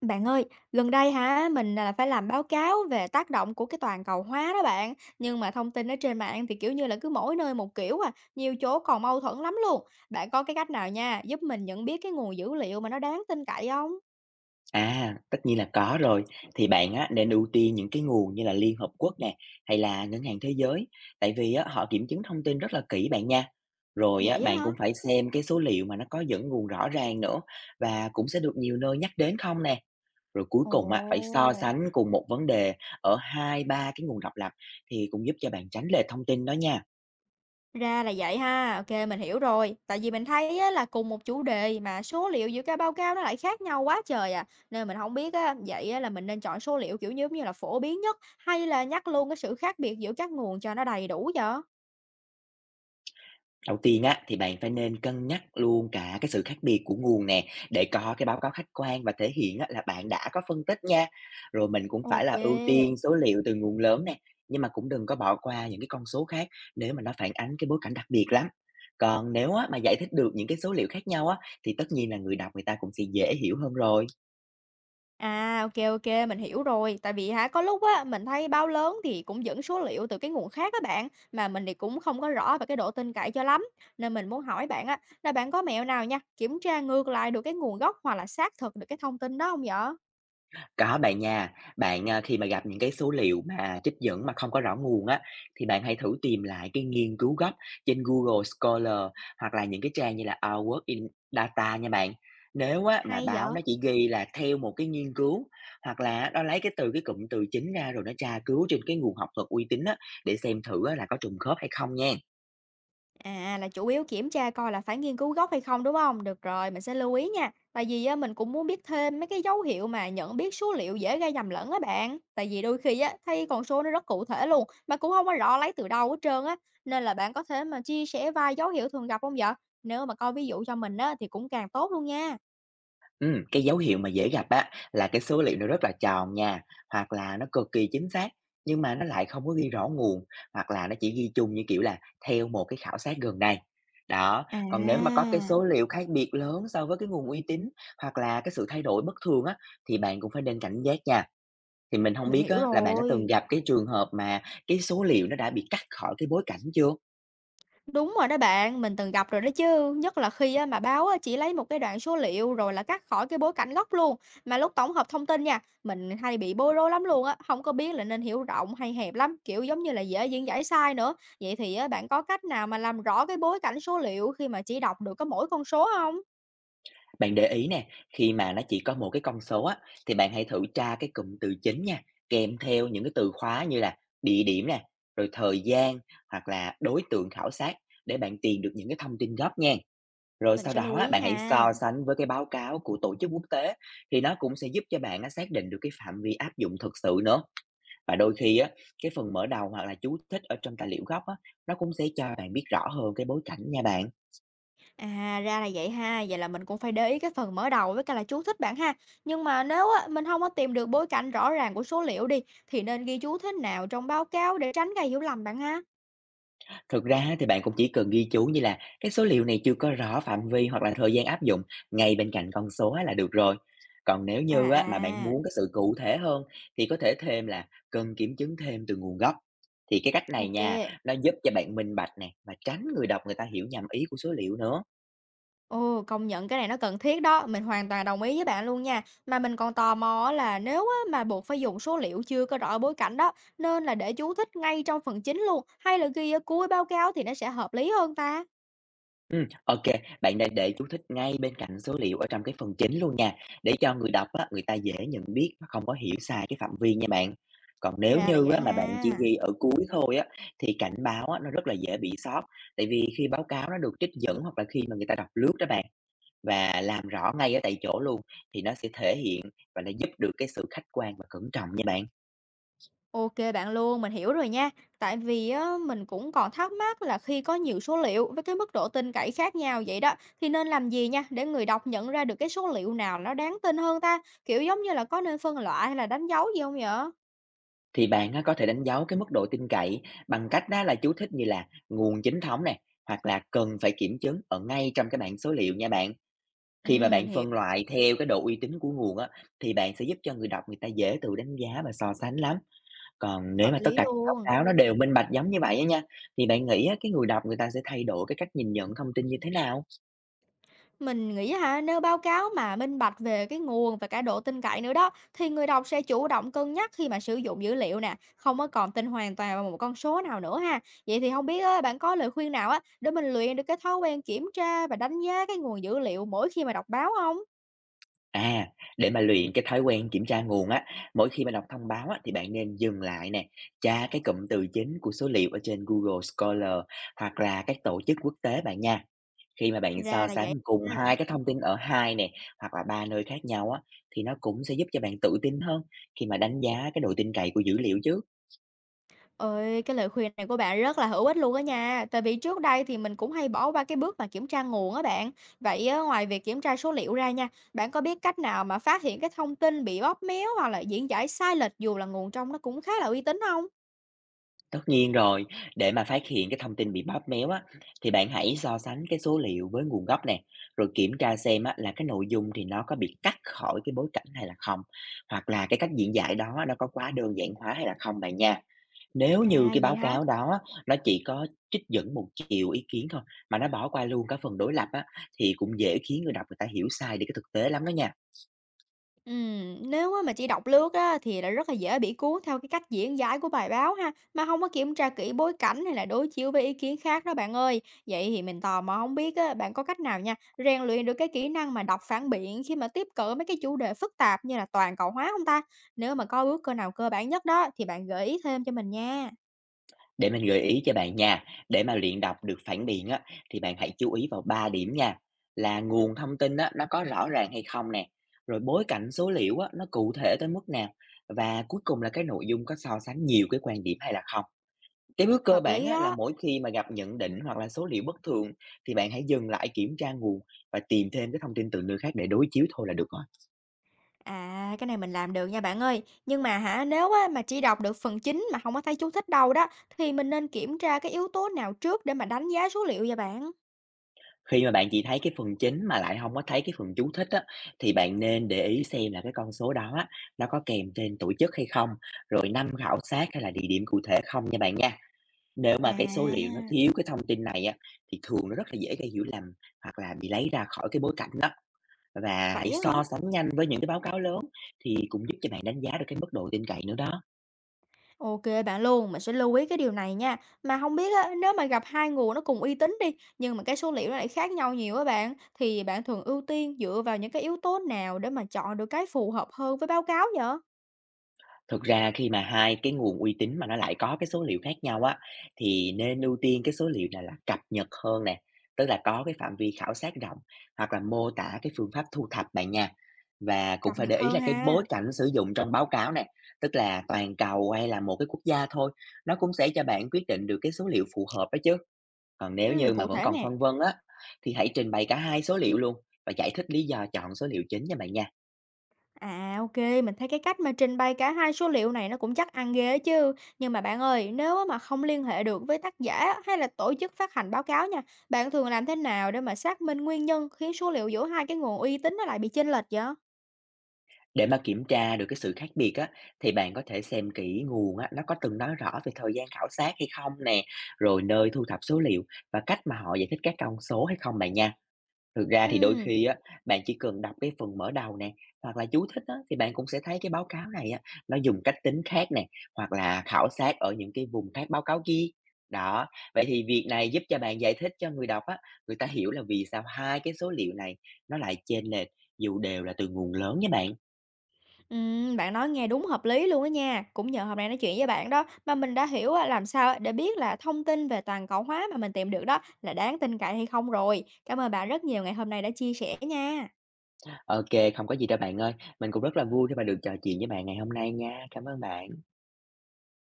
Bạn ơi, gần đây hả, mình là phải làm báo cáo về tác động của cái toàn cầu hóa đó bạn. Nhưng mà thông tin ở trên mạng thì kiểu như là cứ mỗi nơi một kiểu à, nhiều chỗ còn mâu thuẫn lắm luôn. Bạn có cái cách nào nha, giúp mình nhận biết cái nguồn dữ liệu mà nó đáng tin cậy không? À, tất nhiên là có rồi. Thì bạn á, nên ưu tiên những cái nguồn như là Liên Hợp Quốc nè, hay là Ngân hàng Thế giới, tại vì á, họ kiểm chứng thông tin rất là kỹ bạn nha. Rồi á, Vậy á bạn hả? cũng phải xem cái số liệu mà nó có dẫn nguồn rõ ràng nữa và cũng sẽ được nhiều nơi nhắc đến không nè. Rồi cuối Ồ. cùng á, phải so sánh cùng một vấn đề ở hai ba cái nguồn độc lập thì cũng giúp cho bạn tránh lệch thông tin đó nha. Ra là vậy ha, OK, mình hiểu rồi. Tại vì mình thấy á, là cùng một chủ đề mà số liệu giữa các báo cáo nó lại khác nhau quá trời à, nên mình không biết á, vậy á, là mình nên chọn số liệu, kiểu, giống như là phổ biến nhất hay là nhắc luôn cái sự khác biệt giữa các nguồn cho nó đầy đủ vậy? Đầu tiên á, thì bạn phải nên cân nhắc luôn cả cái sự khác biệt của nguồn nè, để có cái báo cáo khách quan và thể hiện á, là bạn đã có phân tích nha. Rồi mình cũng phải là ưu OK. tiên số liệu từ nguồn lớn nè, nhưng mà cũng đừng có bỏ qua những cái con số khác nếu mà nó phản ánh cái bối cảnh đặc biệt lắm. Còn nếu á, mà giải thích được những cái số liệu khác nhau á, thì tất nhiên là người đọc người ta cũng sẽ dễ hiểu hơn rồi. À, ô kê, mình hiểu rồi. Tại vì hả, có lúc á, mình thấy báo lớn thì cũng dẫn số liệu từ cái nguồn khác các bạn, mà mình thì cũng không có rõ về cái độ tin cậy cho lắm. Nên mình muốn hỏi bạn á, là bạn có mẹo nào nha, kiểm tra ngược lại được cái nguồn gốc hoặc là xác thực được cái thông tin đó không vậy? Có bạn nha, bạn, khi mà gặp những cái số liệu mà trích dẫn mà không có rõ nguồn á, thì bạn hãy thử tìm lại cái nghiên cứu gốc trên Google Scholar hoặc là những cái trang như là Our World in Data nha bạn. Nếu á, mà Hay báo vậy? nó chỉ ghi là theo một cái nghiên cứu, hoặc là nó lấy cái từ cái cụm từ chính ra rồi nó tra cứu trên cái nguồn học thuật uy tín á, để xem thử á, là có trùng khớp hay không nha. À, là chủ yếu kiểm tra coi là phải nghiên cứu gốc hay không, đúng không? Được rồi, mình sẽ lưu ý nha. Tại vì á, mình cũng muốn biết thêm mấy cái dấu hiệu mà nhận biết số liệu dễ gây nhầm lẫn á bạn. Tại vì đôi khi á, thấy con số nó rất cụ thể luôn, mà cũng không có rõ lấy từ đâu hết trơn á. Nên là bạn có thể mà chia sẻ vài dấu hiệu thường gặp hông vậy? Nếu mà coi ví dụ cho mình á, thì cũng càng tốt luôn nha. Cái dấu hiệu mà dễ gặp á là cái số liệu nó rất là tròn nha, hoặc là nó cực kỳ chính xác nhưng mà nó lại không có ghi rõ nguồn, hoặc là nó chỉ ghi chung như kiểu là theo một cái khảo sát gần đây. Đó, còn nếu mà có À, cái số liệu khác biệt lớn so với cái nguồn uy tín, hoặc là cái sự thay đổi bất thường á, thì bạn cũng phải nên cảnh giác nha. Thì mình không mình biết hiểu á, là bạn đã từng rồi. gặp cái trường hợp mà cái số liệu nó đã bị cắt khỏi cái bối cảnh chưa? Đúng rồi đó bạn, mình từng gặp rồi đó chứ, nhất là khi á, mà báo á, chỉ lấy một cái đoạn số liệu rồi là cắt khỏi cái bối cảnh gốc luôn, mà lúc tổng hợp thông tin nha, mình hay bị bối rối lắm luôn á, không có biết là nên hiểu rộng hay hẹp lắm, kiểu giống như là dễ diễn giải sai nữa. Vậy thì á, bạn có cách nào mà làm rõ cái bối cảnh số liệu khi mà chỉ đọc được có mỗi con số không? Bạn để ý nè, khi mà nó chỉ có một cái con số á, thì bạn hãy thử tra cái cụm từ chính nha, kèm theo những cái từ khóa như là địa điểm nè, rồi thời gian, hoặc là đối tượng khảo sát, để bạn tìm được những cái thông tin gốc nha. Rồi Mình sau sẽ lưu đó á, ý bạn hãy nha. so sánh với cái báo cáo của tổ chức quốc tế, thì nó cũng sẽ giúp cho bạn á, xác định được cái phạm vi áp dụng thực sự nữa. Và đôi khi á, cái phần mở đầu hoặc là chú thích ở trong tài liệu gốc á, nó cũng sẽ cho bạn biết rõ hơn cái bối cảnh nha bạn. À, ra là vậy ha, vậy là mình cũng phải để ý cái phần mở đầu với cả là chú thích bạn ha. Nhưng mà nếu á, mình không có tìm được bối cảnh rõ ràng của số liệu đi, thì nên ghi chú thích nào trong báo cáo để tránh gây hiểu lầm bạn ha. Thực ra thì bạn cũng chỉ cần ghi chú như là cái số liệu này chưa có rõ phạm vi hoặc là thời gian áp dụng, ngay bên cạnh con số á là được rồi. Còn nếu À như á mà bạn à, muốn cái sự cụ thể hơn, thì có thể thêm là cần kiểm chứng thêm từ nguồn gốc. Thì cái cách này ok. nha, nó giúp cho bạn minh bạch nè, và tránh người đọc người ta hiểu nhầm ý của số liệu nữa. Ồ, công nhận cái này nó cần thiết đó, mình hoàn toàn đồng ý với bạn luôn nha. Mà mình còn tò mò á là nếu á, mà buộc phải dùng số liệu chưa có rõ bối cảnh đó, nên là để chú thích ngay trong phần chính luôn, hay là ghi ở cuối báo cáo thì nó sẽ hợp lý hơn ta? Ô bạn nên để chú thích ngay bên cạnh số liệu ở trong cái phần chính luôn nha, để cho người đọc á, người ta dễ nhận biết và không có hiểu sai cái phạm vi nha bạn. Còn nếu Ra là như vậy á, mà bạn chỉ ha. ghi ở cuối thôi á, thì cảnh báo á, nó rất là dễ bị sót, tại vì khi báo cáo nó được trích dẫn, hoặc là khi mà người ta đọc lướt đó bạn, và làm rõ ngay ở tại chỗ luôn thì nó sẽ thể hiện và nó giúp được cái sự khách quan và cẩn trọng nha bạn. OK bạn luôn, mình hiểu rồi nha. Tại vì á, mình cũng còn thắc mắc là khi có nhiều số liệu với cái mức độ tin cậy khác nhau vậy đó, thì nên làm gì nha để người đọc nhận ra được cái số liệu nào nó đáng tin hơn ta? Kiểu giống như là có nên phân loại hay là đánh dấu gì không nhở? Thì bạn á, có thể đánh dấu cái mức độ tin cậy bằng cách đó là chú thích như là nguồn chính thống này, hoặc là cần phải kiểm chứng, ở ngay trong cái bảng số liệu nha bạn. Ừ, Khi mà mình bạn hiểu, phân loại theo cái độ uy tín của nguồn á, thì bạn sẽ giúp cho người đọc người ta dễ tự đánh giá và so sánh lắm. Còn nếu hợp mà tất lý cả các báo luôn. cáo nó đều minh bạch giống như vậy á nha, thì bạn nghĩ á, cái người đọc người ta sẽ thay đổi cái cách nhìn nhận thông tin như thế nào? Mình nghĩ hả, nếu báo cáo mà minh bạch về cái nguồn và cả độ tin cậy nữa đó, thì người đọc sẽ chủ động cân nhắc khi mà sử dụng dữ liệu nè, không có còn tin hoàn toàn vào một con số nào nữa ha. Vậy thì không biết á, bạn có lời khuyên nào á để mình luyện được cái thói quen kiểm tra và đánh giá cái nguồn dữ liệu mỗi khi mà đọc báo không? À, để mà luyện cái thói quen kiểm tra nguồn á, mỗi khi mà đọc thông báo á, thì bạn nên dừng lại nè, tra cái cụm từ chính của số liệu ở trên Google Scholar, hoặc là các tổ chức quốc tế bạn nha. Khi mà bạn Ra so là sánh vậy. cùng hai cái thông tin ở hai nè, hoặc là ba nơi khác nhau á, thì nó cũng sẽ giúp cho bạn tự tin hơn khi mà đánh giá cái độ tin cậy của dữ liệu chứ. Ơi, cái lời khuyên này của bạn rất là hữu ích luôn á nha. Tại vì trước đây thì mình cũng hay bỏ qua cái bước mà kiểm tra nguồn á bạn. Vậy á, ngoài việc kiểm tra số liệu ra nha, bạn có biết cách nào mà phát hiện cái thông tin bị bóp méo hoặc là diễn giải sai lệch dù là nguồn trong nó cũng khá là uy tín không? Tất nhiên rồi, để mà phát hiện cái thông tin bị bóp méo á, thì bạn hãy so sánh cái số liệu với nguồn gốc nè, rồi kiểm tra xem á, là cái nội dung thì nó có bị cắt khỏi cái bối cảnh hay là không, hoặc là cái cách diễn giải đó nó có quá đơn giản hóa hay là không bạn nha. Nếu như À cái vậy báo hả? cáo đó á, nó chỉ có trích dẫn một chiều ý kiến thôi, mà nó bỏ qua luôn cả phần đối lập á, thì cũng dễ khiến người đọc người ta hiểu sai đi cái thực tế lắm đó nha. Nếu á mà chỉ đọc lướt á thì là rất là dễ bị cuốn theo cái cách diễn giải của bài báo ha, mà không có kiểm tra kỹ bối cảnh hay là đối chiếu với ý kiến khác đó bạn ơi. Vậy thì mình tò mò không biết á, bạn có cách nào nha, rèn luyện được cái kỹ năng mà đọc phản biện khi mà tiếp cận mấy cái chủ đề phức tạp như là toàn cầu hóa không ta? Nếu mà có bước cơ nào cơ bản nhất đó thì bạn gợi ý thêm cho mình nha. Để mình gợi ý cho bạn nha, để mà luyện đọc được phản biện á, thì bạn hãy chú ý vào 3 điểm nha, là nguồn thông tin á, nó có rõ ràng hay không nè, rồi bối cảnh số liệu á, nó cụ thể tới mức nào, và cuối cùng là cái nội dung có so sánh nhiều cái quan điểm hay là không. Cái bước cơ Hợp bản lý á, là đó. mỗi khi mà gặp nhận định hoặc là số liệu bất thường, thì bạn hãy dừng lại kiểm tra nguồn và tìm thêm cái thông tin từ nơi khác để đối chiếu thôi là được rồi. À, cái này mình làm được nha bạn ơi. Nhưng mà hả, nếu á, mà chỉ đọc được phần chính mà không có thấy chú thích đâu đó, thì mình nên kiểm tra cái yếu tố nào trước để mà đánh giá số liệu vậy bạn? Khi mà bạn chỉ thấy cái phần chính mà lại không có thấy cái phần chú thích á, thì bạn nên để ý xem là cái con số đó á, nó có kèm tên tổ chức hay không, rồi năm khảo sát, hay là địa điểm cụ thể không nha bạn nha. Nếu mà cái số liệu nó À, thiếu cái thông tin này á, thì thường nó rất là dễ gây hiểu lầm, hoặc là bị lấy ra khỏi cái bối cảnh đó. Và vậy hãy á hả? so sánh nhanh với những cái báo cáo lớn thì cũng giúp cho bạn đánh giá được cái mức độ tin cậy nữa đó. OK bạn luôn, mình sẽ lưu ý cái điều này nha. Mà không biết á, nếu mà gặp hai nguồn nó cùng uy tín đi, nhưng mà cái số liệu nó lại khác nhau nhiều á bạn, thì bạn thường ưu tiên dựa vào những cái yếu tố nào để mà chọn được cái phù hợp hơn với báo cáo vậy? Thực ra khi mà hai cái nguồn uy tín mà nó lại có cái số liệu khác nhau á, thì nên ưu tiên cái số liệu này là cập nhật hơn nè, tức là có cái phạm vi khảo sát rộng, hoặc là mô tả cái phương pháp thu thập bạn nha. Và cũng Cập phải nhật để ý hơn là cái bối ha. cảnh sử dụng trong báo cáo này, tức là toàn cầu hay là một cái quốc gia thôi, nó cũng sẽ cho bạn quyết định được cái số liệu phù hợp đó chứ. Còn nếu Ừ, như mà cụ vẫn thể còn nè. phân vân á, thì hãy trình bày cả hai số liệu luôn và giải thích lý do chọn số liệu chính nha bạn nha. À, ok, mình thấy cái cách mà trình bày cả hai số liệu này nó cũng chắc ăn ghê á chứ. Nhưng mà bạn ơi, nếu á mà không liên hệ được với tác giả hay là tổ chức phát hành báo cáo nha, bạn thường làm thế nào để mà xác minh nguyên nhân khiến số liệu giữa hai cái nguồn uy tín nó lại bị chênh lệch vậy? Để mà kiểm tra được cái sự khác biệt á, thì bạn có thể xem kỹ nguồn á, nó có từng nói rõ về thời gian khảo sát hay không nè, rồi nơi thu thập số liệu và cách mà họ giải thích các con số hay không bạn nha. Thực ra thì đôi Ừ, khi á, bạn chỉ cần đọc cái phần mở đầu nè, hoặc là chú thích á, thì bạn cũng sẽ thấy cái báo cáo này á, nó dùng cách tính khác nè, hoặc là khảo sát ở những cái vùng khác báo cáo kia. Đó, vậy thì việc này giúp cho bạn giải thích cho người đọc á, người ta hiểu là vì sao hai cái số liệu này nó lại chênh lệch dù đều là từ nguồn lớn nha bạn. Bạn nói nghe đúng hợp lý luôn á nha. Cũng nhờ hôm nay nói chuyện với bạn đó mà mình đã hiểu á, làm sao á để biết là thông tin về toàn cầu hóa mà mình tìm được đó là đáng tin cậy hay không rồi. Cảm ơn bạn rất nhiều ngày hôm nay đã chia sẻ nha. OK, không có gì đâu bạn ơi. Mình cũng rất là vui khi mà được trò chuyện với bạn ngày hôm nay nha. Cảm ơn bạn.